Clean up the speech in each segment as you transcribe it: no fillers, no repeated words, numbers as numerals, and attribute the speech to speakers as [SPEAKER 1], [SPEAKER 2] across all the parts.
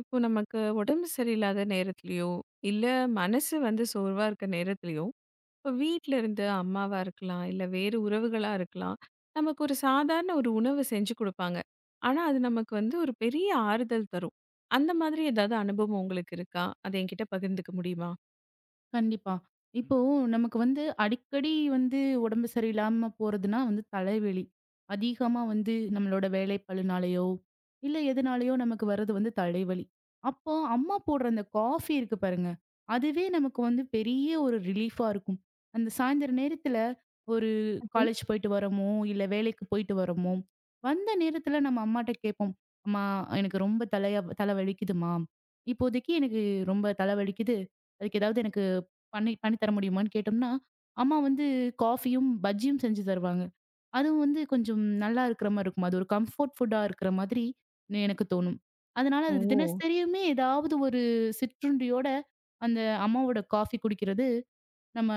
[SPEAKER 1] இப்போ நமக்கு உடம்பு சரியில்லாத நேரத்துலயோ, இல்ல மனசு சோர்வா இருக்க நேரத்துலயோ, இப்போ வீட்ல இருந்து அம்மாவா இருக்கலாம், இல்ல வேறு உறவுகளா இருக்கலாம். நமக்கு ஒரு சாதாரண ஒரு உணவு செஞ்சு குடுப்பாங்க. ஆனா, அது நமக்கு ஒரு பெரிய ஆறுதல் தரும். அந்த மாதிரி ஏதாவது அனுபவம் உங்களுக்கு இருக்கா? அத என்கிட்ட பகிர்ந்துக்க முடியுமா?
[SPEAKER 2] கண்டிப்பா. இப்போ நமக்கு வந்து அடிக்கடி வந்து உடம்பு சரியில்லாம போறதுன்னா வந்து தலைவலி. அதிகமா வந்து நம்மளோட வேலைப்பளுனாலயோ, இல்ல எதுனாலயோ நமக்கு வர்றது வந்து தலைவலி. அப்போ அம்மா போடுற அந்த காஃபி இருக்கு பாருங்க. அதுவே நமக்கு வந்து பெரிய ஒரு ரிலீஃபா இருக்கும். அந்த சாயந்தர நேரத்துல ஒரு காலேஜ் போயிட்டு வரோமோ, இல்ல வேலைக்கு போயிட்டு வரோமோ, வந்த நேரத்துல நம்ம அம்மாட்ட கேட்போம். "அம்மா எனக்கு ரொம்ப தலையா தலை வலிக்குதும்மா. இப்போதைக்கு எனக்கு ரொம்ப தலை வலிக்குது. அதுக்கு ஏதாவது எனக்கு பண்ணி பண்ணி தர முடியுமான்னு கேட்டோம்னா, அம்மா வந்து காஃபியும், பஜ்ஜியும் செஞ்சு தருவாங்க. அதுவும் வந்து கொஞ்சம் நல்லா இருக்கிற மாரி இருக்கும். அது ஒரு கம்ஃபோர்ட் ஃபுட்டா இருக்கிற மாதிரி எனக்கு தோணும். அதனால அது
[SPEAKER 1] ஓ!
[SPEAKER 2] தினசரியுமே ஏதாவது ஒரு சிற்றுண்டியோட அந்த அம்மாவோட காஃபி குடிக்கிறது, நம்ம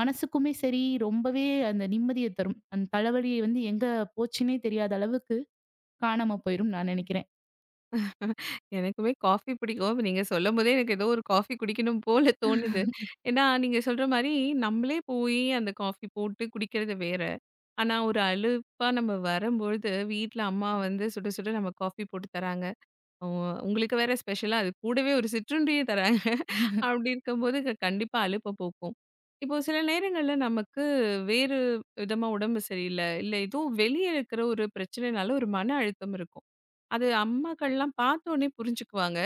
[SPEAKER 2] மனசுக்குமே சரி, ரொம்பவே அந்த நிம்மதிய தரும். அந்த தலைவலி வந்து எங்க போச்சுன்னே தெரியாத அளவுக்கு காணாம போயிரும்னு நான் நினைக்கிறேன்.
[SPEAKER 1] எனக்குமே காஃபி பிடிக்கும். இப்ப நீங்க சொல்லும்போதே எனக்கு ஏதோ ஒரு காஃபி குடிக்கணும் போல தோணுது. ஏன்னா, நீங்க சொல்ற மாரி நம்மளே போயி அந்த காஃபி போட்டு குடிக்கிறது வேற. ஆனா, ஒரு அலுப்பா நம்ம வரும்பொழுது வீட்ல அம்மா சுட சுட நமக்கு காஃபி போட்டு தராங்க. "ஓ உங்களுக்கு வேற ஸ்பெஷலா அது கூடவே ஒரு சிற்றுண்டியும் தராங்க." அப்படி இருக்கும்போது கண்டிப்பா அலுப்ப போக்கும். இப்போ சில நேரங்கள்ல நமக்கு வேறு விதமா உடம்பு சரியில்ல, இல்ல ஏதோ வெளிய இருக்கிற ஒரு பிரச்சனைனால ஒரு மன அழுத்தம் இருக்கும். அது அம்மாக்கள்லாம் பார்த்தோனே புரிஞ்சுக்குவாங்க.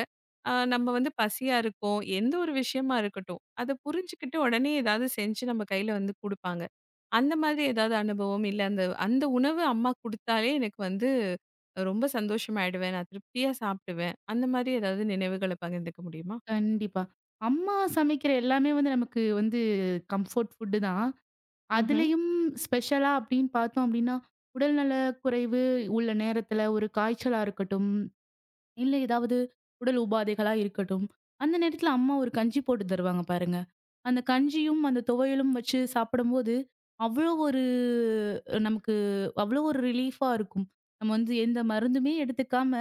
[SPEAKER 1] நம்ம பசியா இருக்கோம். எந்த ஒரு விஷயமா இருக்கட்டும். அத புரிஞ்சுக்கிட்டு உடனே ஏதாவது செஞ்சு நம்ம கையில குடுப்பாங்க. அந்த மாதிரி ஏதாவது அனுபவம் இல்ல அந்த அந்த உணவு அம்மா குடுத்தாலே எனக்கு ரொம்ப சந்தோஷமாயிடுவேன். நான் திருப்தியா சாப்பிடுவேன். அந்த மாதிரி ஏதாவது நினைவுகள பகிர்ந்துக்க முடியுமா?
[SPEAKER 2] கண்டிப்பா. அம்மா சமைக்கிற எல்லாமே வந்து நமக்கு வந்து கம்ஃபோர்ட் ஃபுட்டு தான்.
[SPEAKER 1] ம்ஹ்ம்.
[SPEAKER 2] அதுலயும் ஸ்பெஷலா அப்படின்னு பார்த்தோம் அப்படின்னா, உடல்நல குறைவு உள்ள நேரத்துல ஒரு காய்ச்சலா இருக்கட்டும், இல்ல ஏதாவது உடல் உபாதைகளா இருக்கட்டும். அந்த நேரத்துல அம்மா ஒரு கஞ்சி போட்டு தருவாங்க பாருங்க. அந்த கஞ்சியும், அந்த துவையலும் வச்சு சாப்பிடும்போது, அவ்வளோ ஒரு நமக்கு அவ்வளோ ஒரு ரிலீஃபா இருக்கும். நம்ம வந்து எந்த மருந்துமே எடுத்துக்காம,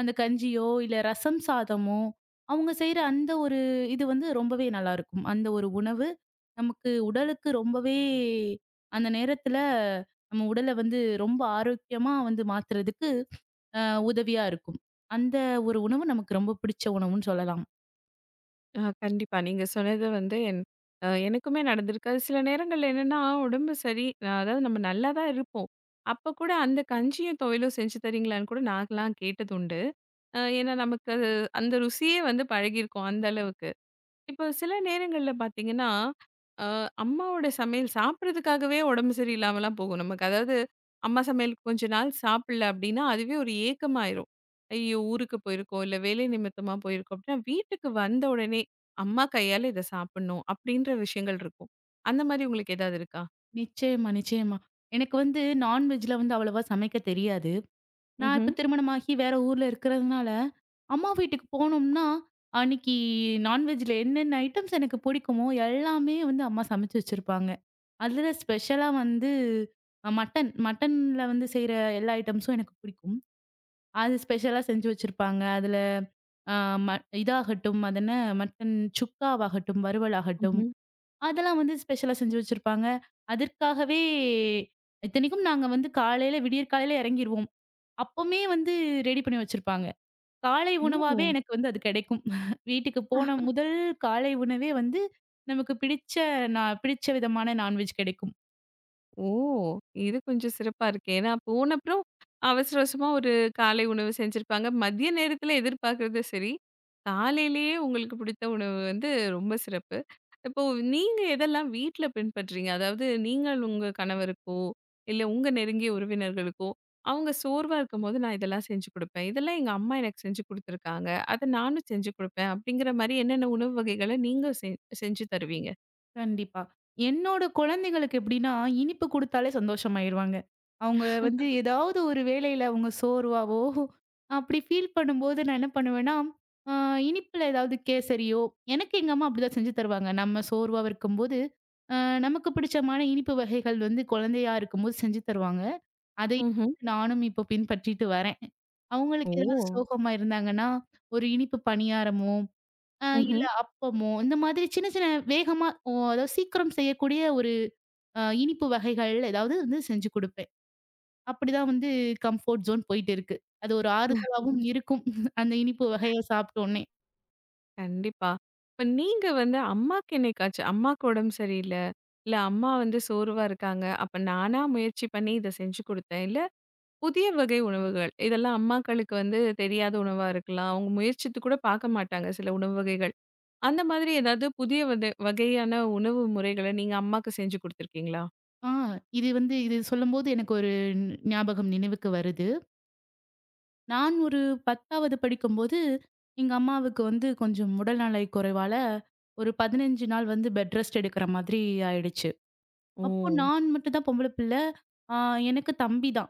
[SPEAKER 2] அந்த கஞ்சியோ, இல்ல ரசம் சாதமோ, அவங்க செய்ற அந்த ஒரு இது வந்து ரொம்பவே நல்லாருக்கும். அந்த ஒரு உணவு நமக்கு உடலுக்கு ரொம்பவே அந்த நேரத்துல நம்ம உடல வந்து ரொம்ப ஆரோக்கியமா வந்து மாத்துறதுக்கு அ உதவியா இருக்கும். அந்த ஒரு உணவு நமக்கு ரொம்ப பிடிச்ச உணவுன்னு சொல்லலாம்.
[SPEAKER 1] கண்டிப்பா. நீங்க சொன்னது என் அ எனக்குமே நடந்திருக்கு. அது சில நேரங்கள்ல என்னன்னா உடம்பு சரி அதாவது நம்ம நல்லா தான் இருப்போம். அப்ப கூட அந்த கஞ்சியும் துவையலும் செஞ்சு தரீங்களான்னு கூட நான்லாம் கேட்டது உண்டு. ஏன்னா நமக்கு அது அந்த ருசியே பழகியிருக்கும் அந்த அளவுக்கு. இப்போ சில நேரங்கள்ல பார்த்தீங்கன்னா, அ அம்மாவோட சமையல் சாப்பிடுறதுக்காகவே உடம்பு சரியில்லாமலாம் போகும் நமக்கு. அதாவது அம்மா சமையல் கொஞ்ச நாள் சாப்பிடல அப்டின்னா, அதுவே ஒரு ஏக்கமாயிரும். ஐயோ! ஊருக்கு போயிருக்கோம், இல்ல வேலை நிமித்தமா போயிருக்கோம் அப்டின்னா, வீட்டுக்கு வந்த உடனே அம்மா கையால இத சாப்பிடணும் அப்டின்ற விஷயங்கள் இருக்கும். அந்த மாரி உங்களுக்கு ஏதாவது இருக்கா?
[SPEAKER 2] நிச்சயமா, நிச்சயமா. எனக்கு வந்து நான்வெஜ்ல வந்து அவ்வளவா சமைக்க தெரியாது. நான்
[SPEAKER 1] ம்ஹ்ம்.
[SPEAKER 2] இப்ப திருமணமாகி வேற ஊர்ல இருக்கிறதுனால, அம்மா வீட்டுக்கு போனோம்னா, அன்னைக்கு நான்வெஜ்ல என்னென்ன ஐட்டம்ஸ் எனக்கு பிடிக்குமோ, எல்லாமே வந்து அம்மா சமைச்சு வச்சிருப்பாங்க. அதுல ஸ்பெஷலா வந்து மட்டன்ல வந்து செய்ற எல்லா ஐட்டம்ஸும் எனக்கு பிடிக்கும். அது ஸ்பெஷலா செஞ்சு வச்சிருப்பாங்க. அதுல அ ம இதாகட்டும், அது என்ன மட்டன் சுக்காவாகட்டும், வறுவலாகட்டும்
[SPEAKER 1] ம்ஹ்ம்.
[SPEAKER 2] அதெல்லாம் வந்து ஸ்பெஷலா செஞ்சு வச்சிருப்பாங்க. அதற்காகவே இத்தனைக்கும் நாங்க வந்து காலையில விடியற்காலையில இறங்கிருவோம். அப்பமே வந்து ரெடி பண்ணி வச்சிருப்பாங்க. காலை உணவாவே
[SPEAKER 1] ஓ!
[SPEAKER 2] எனக்கு வந்து அது கிடைக்கும். வீட்டுக்கு போன முதல் காலை உணவே வந்து நமக்கு பிடிச்ச நான் பிடிச்ச விதமான நான்வெஜ் கிடைக்கும்.
[SPEAKER 1] ஓ! இது கொஞ்சம் சிறப்பா இருக்கே. ஏன்னா போன அப்புறம் அவசர அவசரமா ஒரு காலை உணவு செஞ்சிருப்பாங்க. மதிய நேரத்தில எதிர்பார்க்கறது சரி. காலையிலேயே உங்களுக்கு பிடித்த உணவு ரொம்ப சிறப்பு. இப்போ நீங்க எதெல்லாம் வீட்ல பின்பற்றீங்க? அதாவது நீங்கள் உங்க கணவருக்கோ, இல்ல உங்க நெருங்கிய உறவினர்களுக்கோ, அவங்க சோர்வா இருக்கும்போது நான் இதெல்லாம் செஞ்சு குடுப்பேன். இதெல்லாம் எங்க அம்மா எனக்கு செஞ்சு குடுத்துருக்காங்க. அத நானும் செஞ்சு குடுப்பேன். அப்படிங்கிற மாரி என்னென்ன உணவு வகைகள நீங்க செஞ்சு தருவீங்க?
[SPEAKER 2] கண்டிப்பா. என்னோட குழந்தைகளுக்கு எப்படின்னா, இனிப்பு குடுத்தாலே சந்தோஷமாயிருவாங்க. அவங்க வந்து ஏதாவது ஒரு வேளையில அவங்க சோர்வாவோ, அப்படி ஃபீல் பண்ணும்போது நான் என்ன பண்ணுவேன்னா, அ இனிப்புல ஏதாவது கேசரியோ எனக்கு எங்க அம்மா அப்படிதான் செஞ்சு தருவாங்க. நம்ம சோர்வா இருக்கும்போது, அ நமக்கு பிடிச்சமான இனிப்பு வகைகள் வந்து குழந்தையா இருக்கும்போது செஞ்சு தருவாங்க. அதை
[SPEAKER 1] ம்ஹ்ம்.
[SPEAKER 2] நானும் இப்போ பின்பற்றிட்டு வரேன். அவங்களுக்கு ஏதாவது
[SPEAKER 1] ஓ!
[SPEAKER 2] சோகமா இருந்தாங்கன்னா, ஒரு இனிப்பு பணியாரமோ இல்ல
[SPEAKER 1] ம்ஹ்ம்.
[SPEAKER 2] அப்பமோ, இந்த மாதிரி சின்ன சின்ன வேகமா அதாவது சீக்கிரம் செய்யக்கூடிய ஒரு இனிப்பு வகைகள் ஏதாவது வந்து செஞ்சு குடுப்பேன். அப்படிதான் வந்து கம்ஃபோர்ட் ஜோன் போயிட்டு இருக்கு. அது ஒரு ஆறுதலாவும் இருக்கும். அந்த இனிப்பு வகைய சாப்பிட்டோனே.
[SPEAKER 1] கண்டிப்பா. இப்ப நீங்க அம்மாக்கு என்னைக்காச்சும் அம்மாக்கு உடம்பு சரியில்ல, இல்ல அம்மா சோர்வா இருக்காங்க. அப்ப நானா முயற்சி பண்ணி இத செஞ்சு குடுத்தேன். இல்ல புதிய வகை உணவுகள். இதெல்லாம் அம்மாக்களுக்கு தெரியாத உணவா இருக்கலாம். அவங்க முயற்சித்து கூட பார்க்க மாட்டாங்க சில உணவு வகைகள். அந்த மாதிரி ஏதாவது புதிய வகையான உணவு முறைகள நீங்க அம்மாக்கு செஞ்சு குடுத்துருக்கீங்களா?
[SPEAKER 2] ஆ இது வந்து இது சொல்லும்போது எனக்கு ஒரு ஞாபகம் நினைவுக்கு வருது. நான் ஒரு 10வது படிக்கும்போது, எங்க அம்மாவுக்கு வந்து கொஞ்சம் உடல்நலை குறைவால ஒரு 15 நாள் வந்து பெட் ரெஸ்ட் எடுக்கிற மாதிரி ஆயிடுச்சு.
[SPEAKER 1] ஓ!
[SPEAKER 2] அப்போ நான் மட்டும் தான் பொம்பள பிள்ளை. ஆ எனக்கு தம்பி தான்.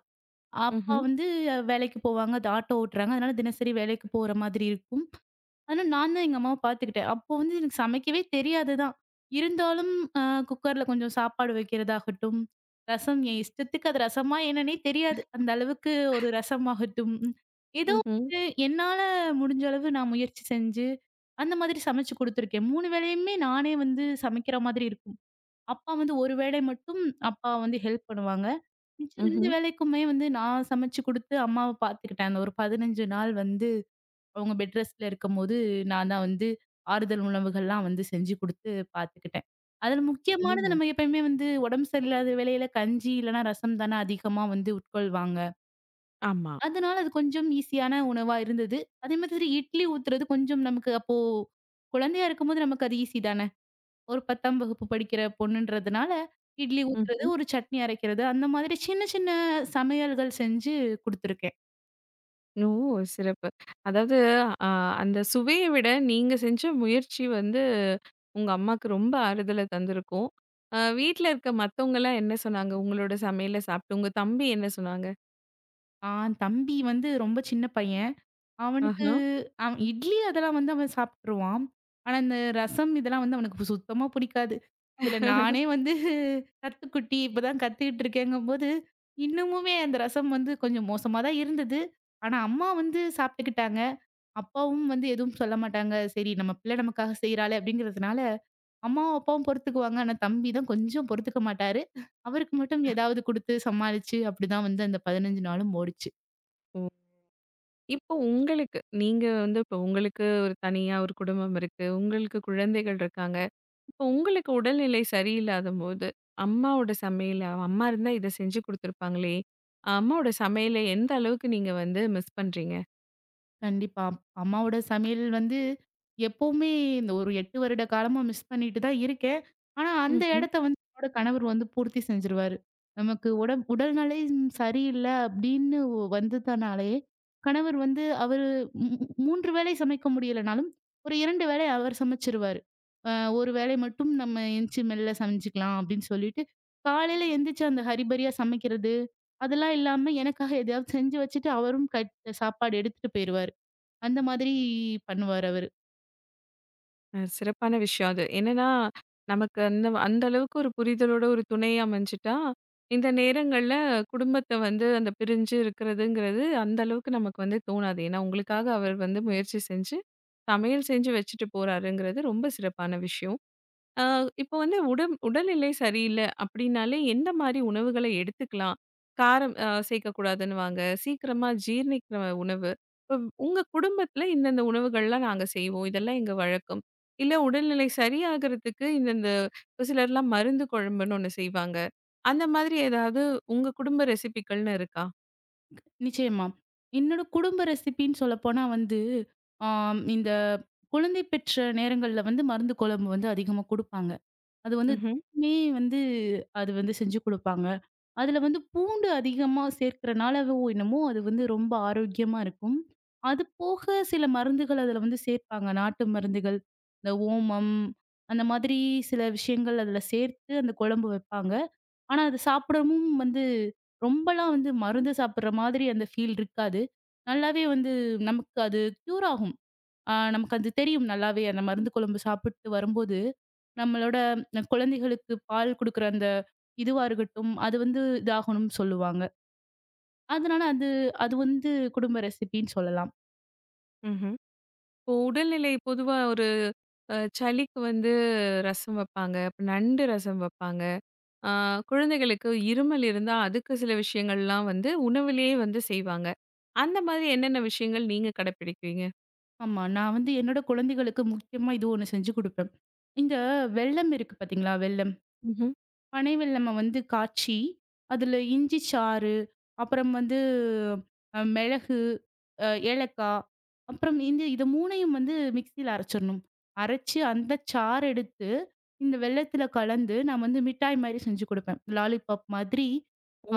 [SPEAKER 2] அப்பா
[SPEAKER 1] ம்ஹ்ம்.
[SPEAKER 2] வந்து வேலைக்கு போவாங்க. அது ஆட்டோ ஓட்டுறாங்க. அதனால தினசரி வேலைக்கு போற மாதிரி இருக்கும். ஆனா நான் தான் எங்க அம்மாவ பார்த்துக்கிட்டேன். அப்போ வந்து எனக்கு சமைக்கவே தெரியாது தான். இருந்தாலும் அ குக்கர்ல கொஞ்சம் சாப்பாடு வைக்கிறதாகட்டும், ரசம் என் இஷ்டத்துக்கு அது ரசமா என்னன்னே தெரியாது. அந்த அளவுக்கு ஒரு ரசமாகட்டும், ஏதோ
[SPEAKER 1] ம்ஹ்ம்.
[SPEAKER 2] வந்து என்னால முடிஞ்ச அளவு நான் முயற்சி செஞ்சு, அந்த மாதிரி சமைச்சு குடுத்துருக்கேன். 3 வேளையுமே நானே வந்து சமைக்கிற மாதிரி இருக்கும். அப்பா வந்து ஒரு வேளை மட்டும் அப்பா வந்து ஹெல்ப் பண்ணுவாங்க. மிச்சம் 2
[SPEAKER 1] ம்ஹ்ம்.
[SPEAKER 2] வேளைக்குமே வந்து நான் சமைச்சு குடுத்து அம்மாவ பார்த்துக்கிட்டேன். அந்த ஒரு 15 நாள் வந்து அவங்க பெட் ரெஸ்ட்ல இருக்கும்போது, நான் தான் வந்து ஆறுதல் உணவுகள்லாம் வந்து செஞ்சு குடுத்து பார்த்துக்கிட்டேன். அதுல முக்கியமானது
[SPEAKER 1] ஓ!
[SPEAKER 2] நம்ம எப்பயுமே வந்து உடம்பு சரியில்லாத வேளையில கஞ்சி இல்லன்னா ரசம் தானே அதிகமா வந்து உட்கொள்வாங்க.
[SPEAKER 1] ஆமா.
[SPEAKER 2] அதனால அது கொஞ்சம் ஈஸியான உணவா இருந்தது. அதே மாதிரி இட்லி ஊத்துறது கொஞ்சம் நமக்கு அப்போ குழந்தையா இருக்கும்போது நமக்கு அது ஈஸி தான. ஒரு 10ஆம் வகுப்பு படிக்கிற பொண்ணுன்றதுனால, இட்லி ஊத்துறது,
[SPEAKER 1] ம்.
[SPEAKER 2] ஒரு சட்னி அரைக்கிறது, அந்த மாதிரி சின்ன சின்ன சமையல்கள் செஞ்சு குடுத்துருக்கேன்.
[SPEAKER 1] ஓ! சிறப்பு. அதாவது அ அந்த சுவைய விட நீங்க செஞ்ச முயற்சி உங்க அம்மாக்கு ரொம்ப ஆறுதல தந்திருக்கும். வீட்ல இருக்க மத்தவங்கலாம் என்ன சொன்னாங்க? உங்களோட சமையல சாப்ட்டு உங்க தம்பி என்ன சொன்னாங்க?
[SPEAKER 2] ஆ தம்பி வந்து ரொம்ப சின்ன பையன். அவனுக்கு
[SPEAKER 1] ஆஹா.
[SPEAKER 2] அவன் இட்லி அதெல்லாம் வந்து அவன் சாப்பிட்டுருவான். ஆனா, இந்த ரசம் இதெல்லாம் வந்து அவனுக்கு சுத்தமா பிடிக்காது. இதுல நானே வந்து கத்துக்குட்டி, இப்பதான் கத்துக்கிட்டு இருக்கேங்கும்போது, இன்னமுமே அந்த ரசம் வந்து கொஞ்சம் மோசமா தான் இருந்தது. ஆனா, அம்மா வந்து சாப்பிட்டுக்கிட்டாங்க. அப்பாவும் வந்து எதுவும் சொல்ல மாட்டாங்க. சரி நம்ம பிள்ளை நமக்காக செய்றாளே அப்படிங்கிறதுனால, அம்மாவும் அப்பாவும் பொறுத்துக்குவாங்க. ஆனா, தம்பி தான் கொஞ்சம் பொறுத்துக்க மாட்டாரு. அவருக்கு மட்டும் ஏதாவது குடுத்து சமாளிச்சு அப்படிதான் வந்து அந்த 15 நாளும் ஓடுச்சு.
[SPEAKER 1] ஓ! இப்போ உங்களுக்கு நீங்க வந்து இப்போ உங்களுக்கு ஒரு தனியா ஒரு குடும்பம் இருக்கு. உங்களுக்கு குழந்தைகள் இருக்காங்க. இப்போ உங்களுக்கு உடல்நிலை சரியில்லாதம்போது, அம்மாவோட சமையல அம்மா இருந்தா இத செஞ்சு குடுத்துருப்பாங்களே! அம்மாவோட சமையல எந்த அளவுக்கு நீங்க மிஸ் பண்றீங்க?
[SPEAKER 2] கண்டிப்பா. அம்மாவோட சமையல் வந்து எப்பவுமே இந்த ஒரு 8 வருட காலமா மிஸ் பண்ணிட்டு தான் இருக்கேன். ஆனா, அந்த இடத்த வந்து என்னோட கணவர் வந்து பூர்த்தி செஞ்சுருவாரு. நமக்கு உடம் உடல்நிலை சரியில்ல அப்படின்னு வந்ததனாலே, கணவர் வந்து அவரு 3 வேளை சமைக்க முடியலனாலும், ஒரு 2 வேளை அவர் சமைச்சுருவாரு. அ ஒரு வேளை மட்டும் நம்ம எந்திச்சு மெல்ல சமைச்சுக்கலாம் அப்படின்னு சொல்லிட்டு, காலையில எந்திரிச்சு அந்த ஹரிபரியா சமைக்கிறது, அதெல்லாம் இல்லாம எனக்காக எதையாவது செஞ்சு வச்சுட்டு அவரும் சாப்பாடு எடுத்துட்டு போயிருவாரு. அந்த மாதிரி பண்ணுவாரு அவரு.
[SPEAKER 1] சிறப்பான விஷயம் அது. என்னன்னா, நமக்கு அந்த அந்த அளவுக்கு ஒரு புரிதலோட ஒரு துணை அமைஞ்சுட்டா, இந்த நேரங்கள்ல குடும்பத்த அந்த பிரிஞ்சு இருக்கிறதுங்கிறது அந்த அளவுக்கு நமக்கு தோணாது. ஏன்னா, உங்களுக்காக அவர் முயற்சி செஞ்சு, சமையல் செஞ்சு வச்சுட்டு போறாருங்கிறது ரொம்ப சிறப்பான விஷயம். ஆ, இப்போ உடல்நிலை சரியில்ல அப்படின்னாலே எந்த மாரி உணவுகள எடுத்துக்கலாம்? காரம் சேர்க்கக்கூடாதுன்னுவாங்க. சீக்கிரமா ஜீரணிக்கிற உணவு. இப்ப உங்க குடும்பத்துல இந்தந்த உணவுகள்லாம் நாங்க செய்வோம். இதெல்லாம் எங்க வழக்கம். இல்ல உடல்நிலை சரியாகறதுக்கு இந்தந்த இப்ப சிலர்லாம் மருந்து குழம்புன்னு ஒண்ணு செய்வாங்க. அந்த மாதிரி ஏதாவது உங்க குடும்ப ரெசிபிக்கள்னு இருக்கா?
[SPEAKER 2] நிச்சயமா. என்னோட குடும்ப ரெசிபின்னு சொல்லப்போனா வந்து, இந்த குழந்தை பெற்ற நேரங்கள்ல வந்து மருந்து குழம்பு வந்து அதிகமா குடுப்பாங்க. அது வந்து
[SPEAKER 1] ம்ஹ்ம்.
[SPEAKER 2] தினமே வந்து அது வந்து செஞ்சு குடுப்பாங்க. அதுல வந்து பூண்டு அதிகமா சேர்க்கிறனாலவோ என்னமோ அது வந்து ரொம்ப ஆரோக்கியமா இருக்கும். அது போக சில மருந்துகள் அதுல வந்து சேர்ப்பாங்க. நாட்டு மருந்துகள், இந்த ஓமம் அந்த மாதிரி சில விஷயங்கள் அதுல சேர்த்து அந்த குழம்பு வைப்பாங்க. ஆனா, அது சாப்பிடவும் வந்து ரொம்பலாம் வந்து மருந்து சாப்பிடுற மாதிரி அந்த ஃபீல் இருக்காது. நல்லாவே வந்து நமக்கு அது க்யூர் ஆகும். நமக்கு அது தெரியும் நல்லாவே. அந்த மருந்து குழம்பு சாப்பிட்டு வரும்போது, நம்மளோட குழந்தைகளுக்கு பால் குடுக்குற அந்த இதுவா இருக்கட்டும், அது வந்து இதாகணும்னு சொல்லுவாங்க. அதனால அது அது வந்து குடும்ப ரெசிபின்னு சொல்லலாம்.
[SPEAKER 1] ம்ஹ்ம். இப்போ உடல்நிலை பொதுவா ஒரு சளிக்கு ரசம் வைப்பாங்க. அப்புறம் நண்டு ரசம் வைப்பாங்க. ஆ, குழந்தைகளுக்கு இருமல் இருந்தா, அதுக்கு சில விஷயங்கள்லாம் உணவிலேயே செய்வாங்க. அந்த மாதிரி என்னென்ன விஷயங்கள் நீங்க கடைப்பிடிக்கிறீங்க?
[SPEAKER 2] ஆமா. நான் வந்து என்னோட குழந்தைகளுக்கு முக்கியமா இது ஒண்ணு செஞ்சு குடுப்பேன். இந்த வெல்லம் இருக்கு பார்த்தீங்களா? வெல்லம்.
[SPEAKER 1] ம்ஹ்ம்.
[SPEAKER 2] பனை வெல்லம வந்து காய்ச்சி, அதில இஞ்சி சாறு, அப்புறம் வந்து மிளகு, ஏலக்காய், அப்புறம் இந்த இத 3யும் வந்து மிக்ஸியில அரைச்சிரணும். அரைச்சு அந்த சாறு எடுத்து, இந்த வெல்லத்தில கலந்து நான் வந்து மிட்டாய் மாரி செஞ்சு குடுப்பேன். லாலிபாப் மாதிரி.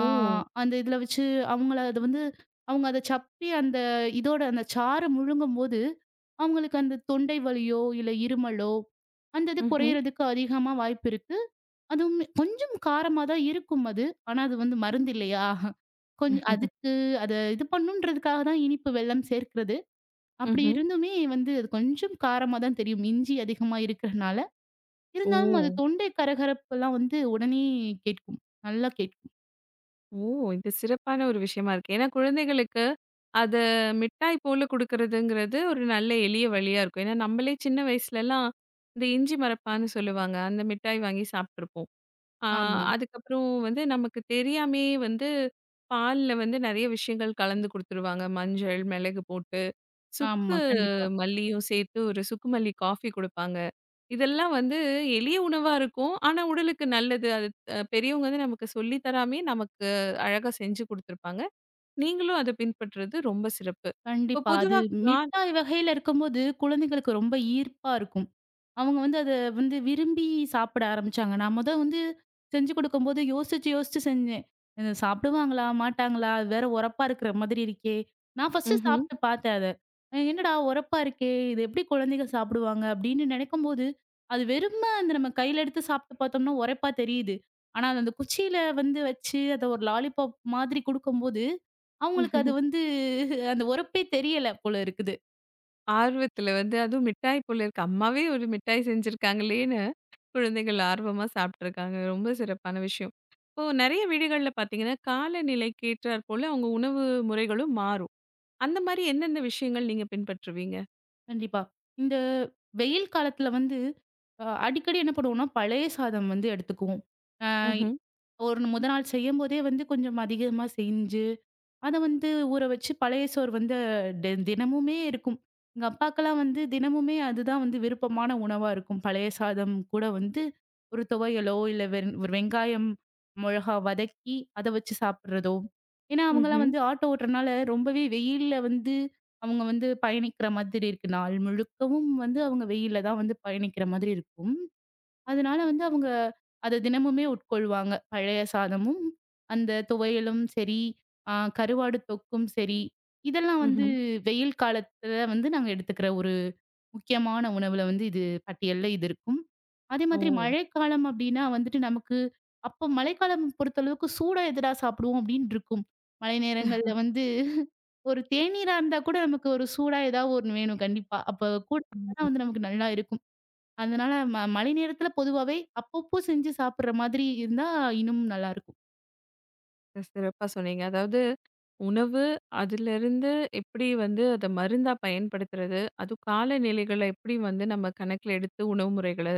[SPEAKER 2] ஆ அந்த இதில வச்சு அவங்கள அத வந்து அவங்க அத சப்பி அந்த இதோட அந்த சாறு முழுங்கும்போது, அவங்களுக்கு அந்த தொண்டை வலியோ, இல்ல இருமலோ, அந்த இது
[SPEAKER 1] ம்ஹ்ம்.
[SPEAKER 2] குறையிறதுக்கு அதிகமா வாய்ப்பு இருக்கு. அதுவுமே கொஞ்சம் காரமா தான் இருக்கும் அது. ஆனா அது வந்து மருந்து இல்லையா? அதுக்கு அத இது பண்ணுன்றதுக்காக தான் இனிப்பு வெல்லம் சேர்க்கிறது. அப்படி
[SPEAKER 1] ம்ஹ்ம்.
[SPEAKER 2] இருந்துமே வந்து அது கொஞ்சம் காரமா தான் தெரியும். இஞ்சி அதிகமா இருக்கிறனால.
[SPEAKER 1] ஓ!
[SPEAKER 2] இருந்தாலும் அது தொண்டை கரகரப்பெல்லாம் வந்து உடனே கேட்கும். நல்லா கேட்கும்.
[SPEAKER 1] ஓ! இது சிறப்பான ஒரு விஷயமா இருக்கு. ஏன்னா குழந்தைகளுக்கு அத மிட்டாய் போல குடுக்குறதுங்கிறது ஒரு நல்ல எளிய வழியா இருக்கும். ஏன்னா, நம்மளே சின்ன வயசுலலாம் இந்த இஞ்சி மரப்பான்னு சொல்லுவாங்க. அந்த மிட்டாய் வாங்கி சாப்ட்டுருப்போம். ஆ
[SPEAKER 2] ஆமா,
[SPEAKER 1] அதுக்கப்புறம் நமக்கு தெரியாமயே பால்ல நெறைய விஷயங்கள் கலந்து குடுத்துருவாங்க. மஞ்சள், மிளகு போட்டு, சுக்கு
[SPEAKER 2] ஆமா. கண்டிப்பா.
[SPEAKER 1] மல்லியும் சேர்த்து ஒரு சுக்கு மல்லி காஃபி குடுப்பாங்க. இதெல்லாம் எளிய உணவா இருக்கும். ஆனா உடலுக்கு நல்லது. அது பெரியவங்க நமக்கு சொல்லி தராமயே நமக்கு அழகா செஞ்சு குடுத்துருப்பாங்க. நீங்களும் அத பின்பற்றது ரொம்ப சிறப்பு. இப்போ
[SPEAKER 2] கண்டிப்பா. அது
[SPEAKER 1] பொதுவா கான்
[SPEAKER 2] மிட்டாய் வகையில இருக்கும்போது, குழந்தைகளுக்கு ரொம்ப ஈர்ப்பா இருக்கும். அவங்க வந்து அத வந்து விரும்பி சாப்பிட ஆரம்பிச்சாங்க. நான் மொத வந்து செஞ்சு குடுக்கும்போது யோசிச்சு, யோசிச்சு செஞ்சேன். "இத சாப்பிடுவாங்களா? மாட்டாங்களா? அது வேற உரப்பா இருக்கிற மாதிரி இருக்கே!" நான் ஃபர்ஸ்ட்டு
[SPEAKER 1] ம்ஹ்ம்.
[SPEAKER 2] சாப்பிட்டு பார்த்தேன் அத. "என்னடா உரப்பா இருக்கே! இது எப்படி குழந்தைங்க சாப்பிடுவாங்க?" அப்படின்னு நினைக்கும்போது, அது வெறும அந்த நம்ம கையில எடுத்து சாப்பிட்டு பார்த்தோம்னா, உரைப்பா தெரியுது. ஆனா, அது அந்த குச்சியில வந்து வச்சு, அத ஒரு லாலிபாப் மாதிரி குடுக்கும்போது அவங்களுக்கு அது வந்து அந்த உரப்பே தெரியல போல இருக்குது.
[SPEAKER 1] ஆர்வத்துல அதுவும் மிட்டாய் போல இருக்கு. அம்மாவே ஒரு மிட்டாய் செஞ்சிருக்காங்களேன்னு குழந்தைகள் ஆர்வமா சாப்பிட்டுருக்காங்க. ரொம்ப சிறப்பான விஷயம். இப்போ நெறைய வீடுகள்ல பார்த்தீங்கன்னா, காலநிலைக்கு ஏற்றாற் போல அவங்க உணவு முறைகளும் மாறும். அந்த மாரி என்னென்ன விஷயங்கள் நீங்க பின்பற்றுவீங்க?
[SPEAKER 2] கண்டிப்பா. இந்த வெயில் காலத்துல வந்து அடிக்கடி என்ன பண்ணுவோம்னா, பழைய சாதம் வந்து எடுத்துக்குவோம். அ
[SPEAKER 1] ம்ஹ்ம்.
[SPEAKER 2] ஒரு முத நாள் செய்யும்போதே வந்து கொஞ்சம் அதிகமா செஞ்சு அத வந்து ஊற வச்சு பழைய சோறு வந்து தினமுமே இருக்கும். எங்க அப்பாக்கெல்லாம் வந்து தினமுமே அதுதான் வந்து விருப்பமான உணவா இருக்கும். பழைய சாதம் கூட வந்து ஒரு துவையலோ, இல்ல ஒரு வெங்காயம், மொளகா வதக்கி அத வச்சு சாப்பிடுறதோ! ஏன்னா, அவங்கலாம்
[SPEAKER 1] ம்ஹ்ம்.
[SPEAKER 2] வந்து ஆட்டோ ஓட்டுறனால ரொம்பவே வெயில்ல வந்து அவங்க வந்து பயணிக்கிற மாதிரி இருக்கு. நாள் முழுக்கவும் வந்து அவங்க வெயில்ல தான் வந்து பயணிக்கிற மாதிரி இருக்கும். அதனால வந்து அவங்க அத தினமுமே உட்கொள்வாங்க. பழைய சாதமும், அந்த துவையலும் சரி, ஆ கருவாடு தொக்கும் சரி. இதெல்லாம் வந்து
[SPEAKER 1] ம்ஹ்ம்.
[SPEAKER 2] வெயில் காலத்துல வந்து நாங்க எடுத்துக்கிற ஒரு முக்கியமான உணவுல வந்து இது பட்டியல்ல இது இருக்கும். அதே
[SPEAKER 1] ஓ!
[SPEAKER 2] மாதிரி மழைக்காலம் அப்டின்னா வந்துட்டு நமக்கு அப்போ மழைக்காலம் பொறுத்தளவுக்கு சூடா எதுடா சாப்பிடுவோம் அப்டின்னு இருக்கும். மழை நேரங்கள்ல வந்து ஒரு தேநீரா இருந்தா கூட நமக்கு ஒரு சூடா ஏதாவது ஒண்ணு வேணும் கண்டிப்பா. அப்ப கூட
[SPEAKER 1] ஆமா.
[SPEAKER 2] வந்து நமக்கு நல்லா இருக்கும். அதனால மழை நேரத்துல பொதுவாவே அப்பப்போ செஞ்சு சாப்பிடுற மாதிரி இருந்தா இன்னும் நல்லாருக்கும்.
[SPEAKER 1] சிறப்பா சொன்னீங்க. அதாவது உணவு, அதிலிருந்து எப்படி அத மருந்தா பயன்படுத்துறது, அதுவும் காலநிலைகள எப்படி நம்ம கணக்கில எடுத்து உணவு முறைகள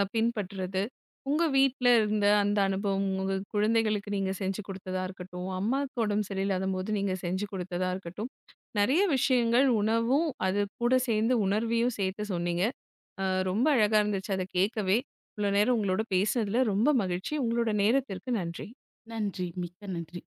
[SPEAKER 1] பின்பற்றுறது. உங்க வீட்ல இருந்த அந்த அனுபவம், உங்க குழந்தைகளுக்கு நீங்க செஞ்சு குடுத்ததா இருக்கட்டும், அம்மாவுக்கு உடம்பு சரியில்லாதம்போது நீங்க செஞ்சு குடுத்ததா இருக்கட்டும். நெறைய விஷயங்கள் உணவும், அது கூட சேர்ந்து உணர்வையும் சேர்த்து சொன்னீங்க. அ ரொம்ப அழகா இருந்துச்சு அத கேட்கவே. இவ்வளோ நேரம் உங்களோட பேசினதுல ரொம்ப மகிழ்ச்சி. உங்களோட நேரத்திற்கு நன்றி.
[SPEAKER 2] நன்றி. மிக்க நன்றி.